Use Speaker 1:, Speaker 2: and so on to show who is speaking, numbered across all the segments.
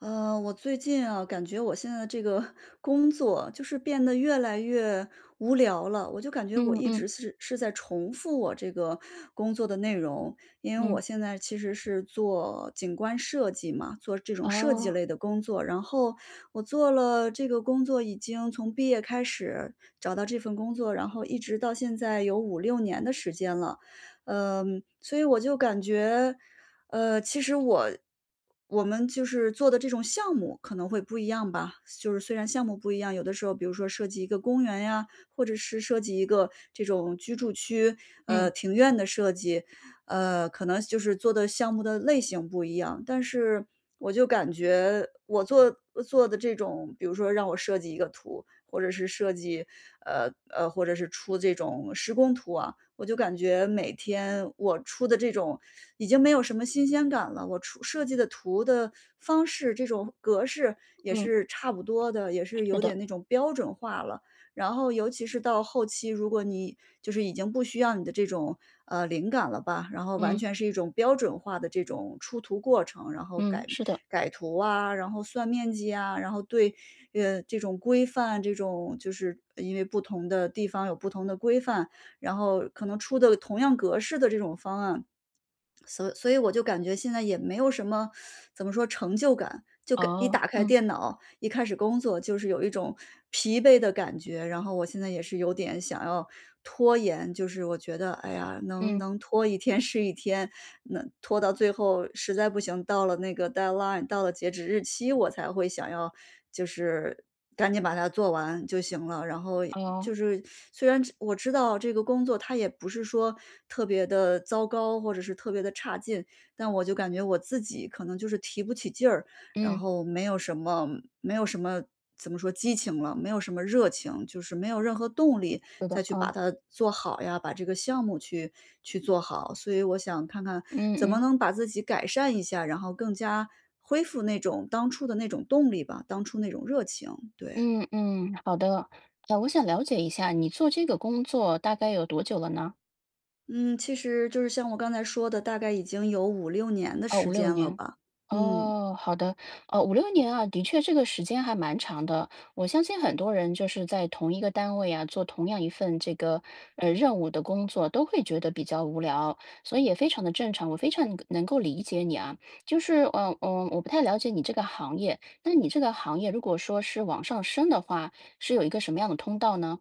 Speaker 1: 我最近啊，感觉我现在的这个 工作就是变得越来越无聊了。我就感觉我
Speaker 2: 嗯
Speaker 1: 一
Speaker 2: 嗯
Speaker 1: 直是在重复我这个工作的内容，因为
Speaker 2: 嗯，
Speaker 1: 我现在其实是做景观设计嘛，做这种设计
Speaker 2: 哦，
Speaker 1: 类的工作。然后我做了这个工作，已经从毕业开始找到这份工作，然后一直到现在有五六年的时间了。所以我就感觉。其实我们就是做的这种项目可能会不一样吧，就是虽然项目不一样，有的时候比如说设计一个公园呀，或者是设计一个这种居住区，
Speaker 2: 嗯
Speaker 1: 庭院的设计，可能就是做的项目的类型不一样，但是我就感觉我做的这种，比如说让我设计一个图，或者是设计，或者是出这种施工图啊，我就感觉每天我出的这种已经没有什么新鲜感了。我出设计的图的方式，这种格式也
Speaker 2: 嗯，
Speaker 1: 是差不多的，也是
Speaker 2: 是
Speaker 1: 有
Speaker 2: 的，
Speaker 1: 点那种标准化了。然后尤其是到后期，如果你就是已经不需要你的这种，灵感了吧，然后完
Speaker 2: 嗯
Speaker 1: 全是一种标准化的这种出图过程，然后
Speaker 2: 嗯，
Speaker 1: 改
Speaker 2: 是的，
Speaker 1: 改图啊，然后算面积啊，然后对，这种规范，这种就是因为不同的地方有不同的规范，然后可能出的同样格式的这种方案，所以我就感觉现在也没有什么怎么说成就感，就感一
Speaker 2: 哦，
Speaker 1: 打开
Speaker 2: 嗯
Speaker 1: 电脑，一开始工作就是有一种疲惫的感觉。然后我现在也是有点想要拖延，就是我觉得，哎呀，能
Speaker 2: 嗯，
Speaker 1: 能拖一天是一天，能拖到最后实在不行，到了那个 deadline，到了截止日期，我才会想要就是赶紧把它做完就行了。然后
Speaker 2: 哦，
Speaker 1: 就是虽然我知道这个工作它也不是说特别的糟糕，或者是特别的差劲，但我就感觉我自己可能就是提不起劲儿，然
Speaker 2: 嗯，
Speaker 1: 后没有什么怎么说激情了，没有什么热情，就是没有任何动力
Speaker 2: 是的，
Speaker 1: 再去把
Speaker 2: 哦，
Speaker 1: 它做好呀，把这个项目去做好。所以我想看看
Speaker 2: 嗯
Speaker 1: 怎么
Speaker 2: 嗯
Speaker 1: 能把自己改善一下，然后更加恢复那种当初的那种动力吧，当初那种热情，对。
Speaker 2: 嗯嗯，好的。我想了解一下，你做这个工作大概有多久了呢？
Speaker 1: 嗯，其实就是像我刚才说的，大概已经有五六年的
Speaker 2: 哦，
Speaker 1: 时
Speaker 2: 五六
Speaker 1: 间了
Speaker 2: 年。
Speaker 1: 吧，嗯。
Speaker 2: 哦，好的。哦，五六年啊，的确这个时间还蛮长的。我相信很多人就是在同一个单位啊，做同样一份这个，任务的工作，都会觉得比较无聊，所以也非常的正常，我非常能够理解你啊。就是，我不太了解你这个行业，那你这个行业如果说是往上升的话，是有一个什么样的通道呢？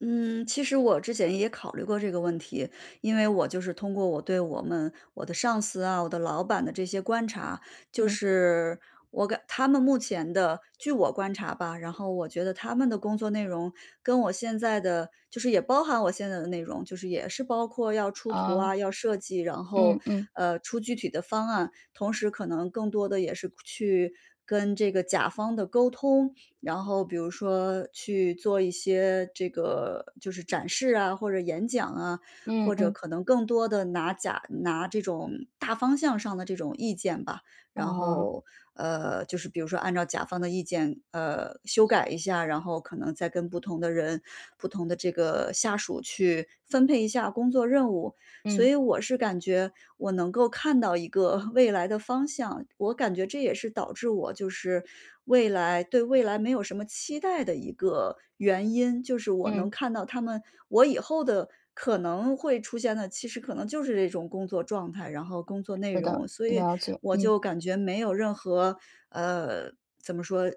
Speaker 1: 嗯，其实我之前也考虑过这个问题，因为我就是通过我的上司啊，我的老板的这些观察，就
Speaker 2: 嗯，
Speaker 1: 是他们目前的，据我观察吧，然后我觉得他们的工作内容跟我现在的，就是也包含我现在的内容，就是也是包括要出图啊，
Speaker 2: 啊，
Speaker 1: 要设计，然后
Speaker 2: 嗯嗯
Speaker 1: 出具体的方案，同时可能更多的也是去跟这个甲方的沟通，然后比如说去做一些这个就是展示啊，或者演讲啊，
Speaker 2: 嗯
Speaker 1: 或者
Speaker 2: 嗯，
Speaker 1: 可能更多的拿这种大方向上的这种意见吧，
Speaker 2: 哦，
Speaker 1: 然
Speaker 2: 嗯嗯，啊，
Speaker 1: 后就是比如说按照甲方的意见修改一下，然后可能再跟不同的人、不同的这个下属去分配一下工作任务，所以我是感觉我能够看到一个 未来的方向，我感觉这也是导致我就是未来没有什么期待的一个原因，就是我能看到他们我以后的可能会出现的，其实可能就是这种工作状态，然后工作内容，所以我就感觉没有任何，呃，怎么说？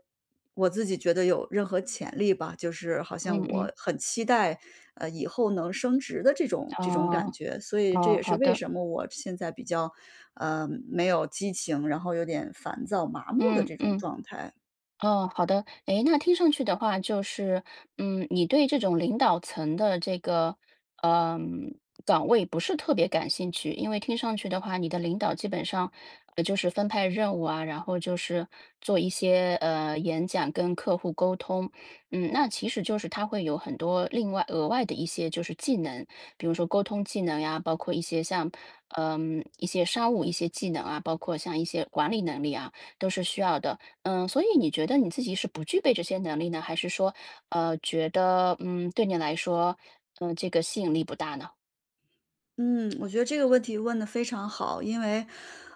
Speaker 1: 我自己觉得有任何潜力吧，就是好
Speaker 2: 嗯嗯
Speaker 1: 像
Speaker 2: 嗯。
Speaker 1: 我很期待，以后能升职的这种感
Speaker 2: 哦，
Speaker 1: 觉，所以这
Speaker 2: 哦，
Speaker 1: 也是
Speaker 2: 好
Speaker 1: 为
Speaker 2: 的，
Speaker 1: 什么我现在比较，没有激情，然后有点烦躁、麻木的
Speaker 2: 嗯
Speaker 1: 这种
Speaker 2: 嗯。
Speaker 1: 状态。
Speaker 2: 哦，好的。诶，那听上去的话，就是，嗯，你对这种领导层的这个，嗯，岗位不是特别感兴趣，因为听上去的话，你的领导基本上，就是分派任务啊，然后就是做一些演讲跟客户沟通。嗯，那其实就是他会有很多另外额外的一些就是技能，比如说沟通技能呀，包括一些像，嗯，一些商务一些技能啊，包括像一些管理能力啊，都是需要的。嗯，所以你觉得你自己是不具备这些能力呢，还是说，觉得嗯，对你来说，嗯、这个吸引力不大呢？
Speaker 1: 嗯，我觉得这个问题问得非常好，因为，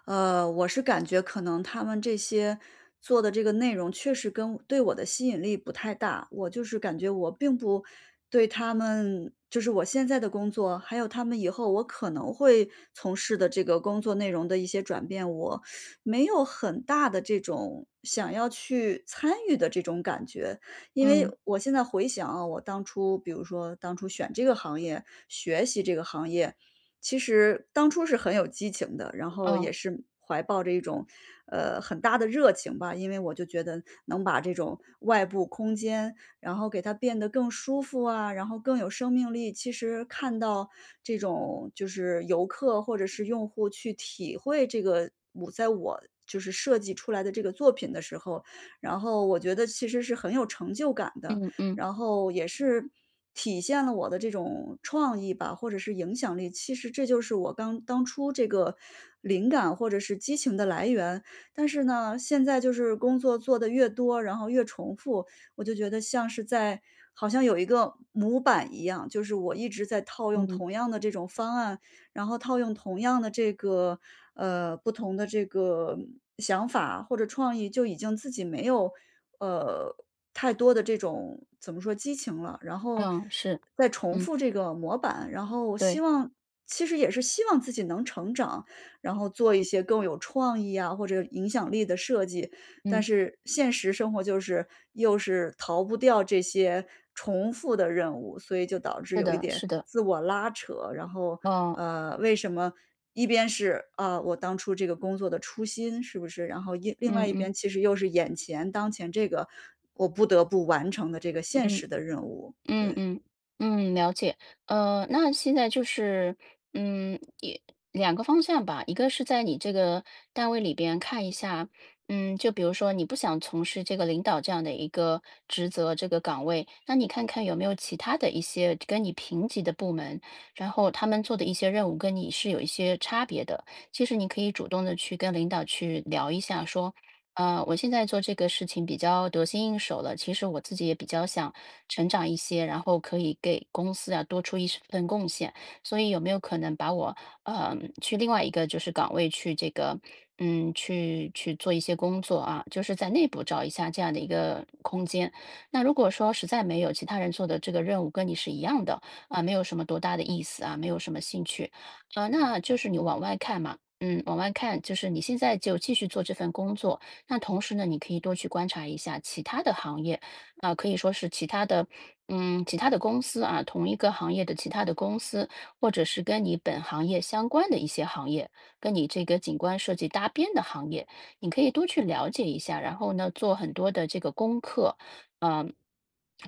Speaker 1: 我是感觉可能他们这些做的这个内容确实对我的吸引力不太大，我就是感觉我并不对他们就是我现在的工作，还有他们以后我可能会从事的这个工作内容的一些转变，我没有很大的这种想要去参与的这种感觉。因为
Speaker 2: 嗯，
Speaker 1: 我现在回想啊，我当初比如说当初选这个行业，学习这个行业，其实当初是很有激情的，然后也
Speaker 2: 哦，
Speaker 1: 是怀抱着一种，很大的热情吧。因为我就觉得能把这种外部空间，然后给它变得更舒服啊，然后更有生命力。其实看到这种就是游客或者是用户去体会这个我就是设计出来的这个作品的时候，然后我觉得其实是很有成就感的。
Speaker 2: 嗯嗯
Speaker 1: 然后也是体现了我的这种创意吧，或者是影响力。其实这就是我刚当初这个灵感或者是激情的来源。但是呢，现在就是工作做得越多，然后越重复，我就觉得像是在好像有一个模板一样，就是我一直在套用
Speaker 2: 嗯
Speaker 1: 同样的这种方案然后套用同样的这个不同的这个想法或者创意，就已经自己没有呃太多的这种怎么说激情了，然后
Speaker 2: 嗯，是，
Speaker 1: 再重
Speaker 2: 嗯，
Speaker 1: 复这个模板，然后我希
Speaker 2: 对，
Speaker 1: 望其实也是希望自己能成长，然后做一些更有创意啊或者影响力的设计，
Speaker 2: 嗯，
Speaker 1: 但是现实生活就是又是逃不掉这些重复的任务，所以就导致
Speaker 2: 是
Speaker 1: 有一
Speaker 2: 的，
Speaker 1: 点
Speaker 2: 是的，
Speaker 1: 自我拉扯。然后，
Speaker 2: 哦，
Speaker 1: 为什么一边是啊、我当初这个工作的初心是不是？然后另
Speaker 2: 嗯
Speaker 1: 外一
Speaker 2: 嗯
Speaker 1: 边其实又是当前这个我不得不完成的这个现
Speaker 2: 嗯。
Speaker 1: 实的任务，
Speaker 2: 嗯
Speaker 1: 对。
Speaker 2: 嗯嗯，了解。那现在就是，嗯，也两个方向吧，一个是在你这个单位里边看一下。嗯，就比如说你不想从事这个领导这样的一个职责、这个岗位，那你看看有没有其他的一些跟你平级的部门，然后他们做的一些任务跟你是有一些差别的。其实你可以主动的去跟领导去聊一下，说，我现在做这个事情比较得心应手了。其实我自己也比较想成长一些，然后可以给公司啊多出一份贡献。所以有没有可能把我呃去另外一个就是岗位去这个嗯去做一些工作啊，就是在内部找一下这样的一个空间。那如果说实在没有其他人做的这个任务跟你是一样的啊，没有什么多大的意思啊，没有什么兴趣，那就是你往外看嘛。嗯，往外看，就是你现在就继续做这份工作，那同时呢，你可以多去观察一下其他的行业，啊、可以说是其他的，嗯，其他的公司啊，同一个行业的其他的公司，或者是跟你本行业相关的一些行业，跟你这个景观设计搭边的行业，你可以多去了解一下，然后呢，做很多的这个功课，嗯、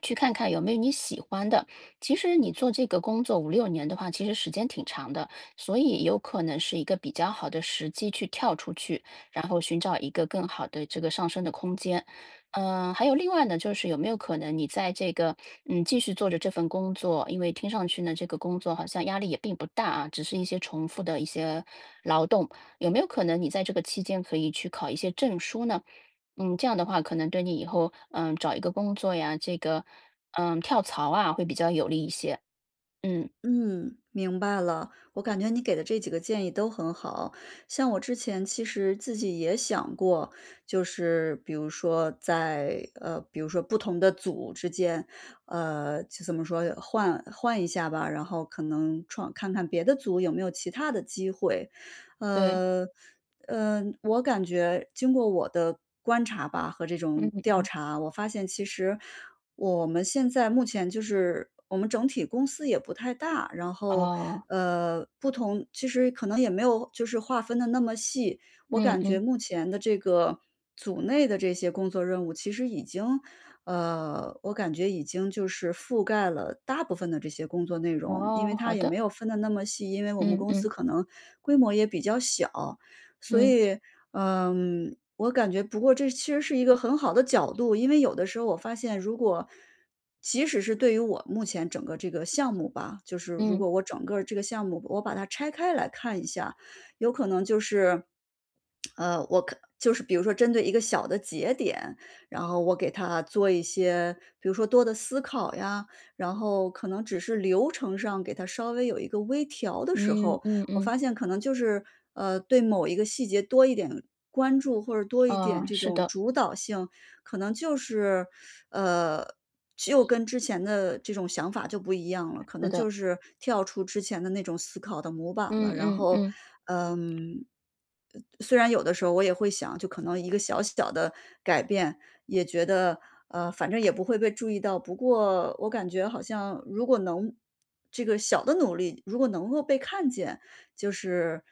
Speaker 2: 去看看有没有你喜欢的。其实你做这个工作五六年的话，其实时间挺长的，所以有可能是一个比较好的时机去跳出去，然后寻找一个更好的这个上升的空间。嗯，还有另外呢，就是有没有可能你在这个嗯继续做着这份工作，因为听上去呢，这个工作好像压力也并不大啊，只是一些重复的一些劳动，有没有可能你在这个期间可以去考一些证书呢？嗯，这样的话可能对你以后嗯找一个工作呀，这个嗯跳槽啊会比较有利一些。嗯，
Speaker 1: 嗯，明白了。我感觉你给的这几个建议都很好，像我之前其实自己也想过，就是比如说在比如说不同的组之间，就怎么说换换一下吧，然后可能看看别的组有没有其他的机会，
Speaker 2: 对，
Speaker 1: 呃。嗯，我感觉经过我的观察吧和这种调
Speaker 2: 嗯，
Speaker 1: 查，我发现其实我们现在目前就是我们整体公司也不太大，然后，
Speaker 2: 哦，
Speaker 1: 不同其实可能也没有就是划分的那么细。我
Speaker 2: 嗯
Speaker 1: 感觉
Speaker 2: 嗯，
Speaker 1: 目前的这个组内的这些工作任务其实已经，我感觉已经就是覆盖了大部分的这些工作内容，因
Speaker 2: 哦，
Speaker 1: 为它
Speaker 2: 好
Speaker 1: 也
Speaker 2: 的，
Speaker 1: 没有分的那么细，因为我们
Speaker 2: 嗯
Speaker 1: 公司
Speaker 2: 嗯
Speaker 1: 可能规模也比较小。所
Speaker 2: 嗯
Speaker 1: 以，我感觉不过这其实是一个很好的角度，因为有的时候我发现，如果即使是对于我目前整个这个项目吧，就是如
Speaker 2: 嗯。
Speaker 1: 果我整个这个项目我把它拆开来看一下，有可能就是就是比如说针对一个小的节点，然后我给他做一些，比如说多的思考呀，然后可能只是流程上给他稍微有一个微调的时
Speaker 2: 嗯
Speaker 1: 候，
Speaker 2: 嗯
Speaker 1: 我
Speaker 2: 嗯，
Speaker 1: 发现可能就是，对某一个细节多一点关注，或者多一点
Speaker 2: 啊，
Speaker 1: 这
Speaker 2: 是
Speaker 1: 种
Speaker 2: 的，
Speaker 1: 主导性，可能就是，呃，就跟之前的这种想法就不一样了，可
Speaker 2: 是
Speaker 1: 能
Speaker 2: 的，
Speaker 1: 就是跳出之前的那种思考的模板
Speaker 2: 嗯
Speaker 1: 了。然
Speaker 2: 嗯
Speaker 1: 后，
Speaker 2: 嗯
Speaker 1: 嗯，虽然有的时候我也会想，就可能一个小小的改变，也觉得，反正也不会被注意到。不过我感觉好像如果能这个小的努力，如果能够被看见，就是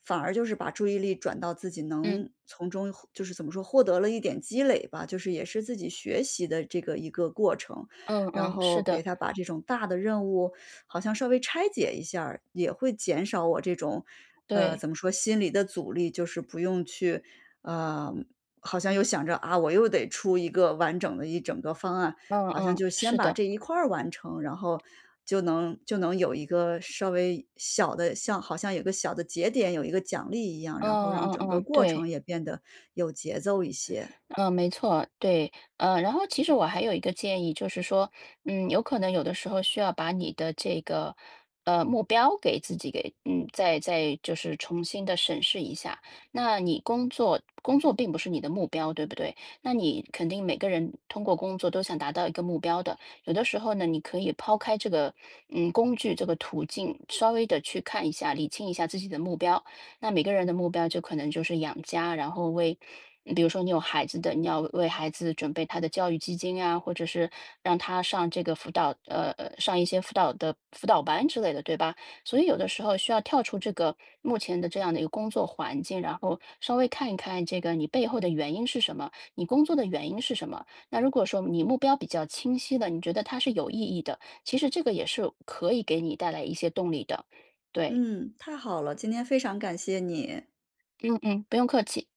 Speaker 1: 反而就是把注意力转到自己
Speaker 2: 嗯
Speaker 1: 能从中获就是怎么说，获得了一点积累吧，就是也是自己学习的这个一个过程。
Speaker 2: 嗯
Speaker 1: 然
Speaker 2: 嗯，是
Speaker 1: 后给
Speaker 2: 的，
Speaker 1: 他把这种大的任务好像稍微拆解一下儿也会减少我这种，
Speaker 2: 对，
Speaker 1: 怎么说，心理的阻力，就是不用去，呃，好像又想着啊，我又得出一个完整的一整个方案，
Speaker 2: 嗯
Speaker 1: 好像
Speaker 2: 嗯，
Speaker 1: 就先
Speaker 2: 是
Speaker 1: 把
Speaker 2: 的，
Speaker 1: 这一块儿完成，然后就能有一个稍微小的好像有个小的节点，有一个奖励一样，然后
Speaker 2: 嗯
Speaker 1: 让
Speaker 2: 嗯
Speaker 1: 整个
Speaker 2: 嗯，
Speaker 1: 过
Speaker 2: 对。
Speaker 1: 程也变得有节奏一些。
Speaker 2: 嗯，没错，对。然后其实我还有一个建议，就是说，嗯，有可能有的时候需要把你的这个，目标给自己给，嗯，再就是重新的审视一下。那你工作，工作并不是你的目标，对不对？那你肯定每个人通过工作都想达到一个目标的。有的时候呢，你可以抛开这个，嗯，工具这个途径，稍微的去看一下，理清一下自己的目标。那每个人的目标就可能就是养家，然后为嗯比如说你有孩子的，你要为孩子准备他的教育基金啊，或者是让他上这个辅导，上一些辅导的辅导班之类的，对吧？所以有的时候需要跳出这个目前的这样的一个工作环境，然后稍微看一看这个你背后的原因是什么，你工作的原因是什么。那如果说你目标比较清晰的，你觉得它是有意义的，其实这个也是可以给你带来一些动力的。对，
Speaker 1: 嗯，太好了，今天非常感谢你。
Speaker 2: 嗯嗯，不用客气。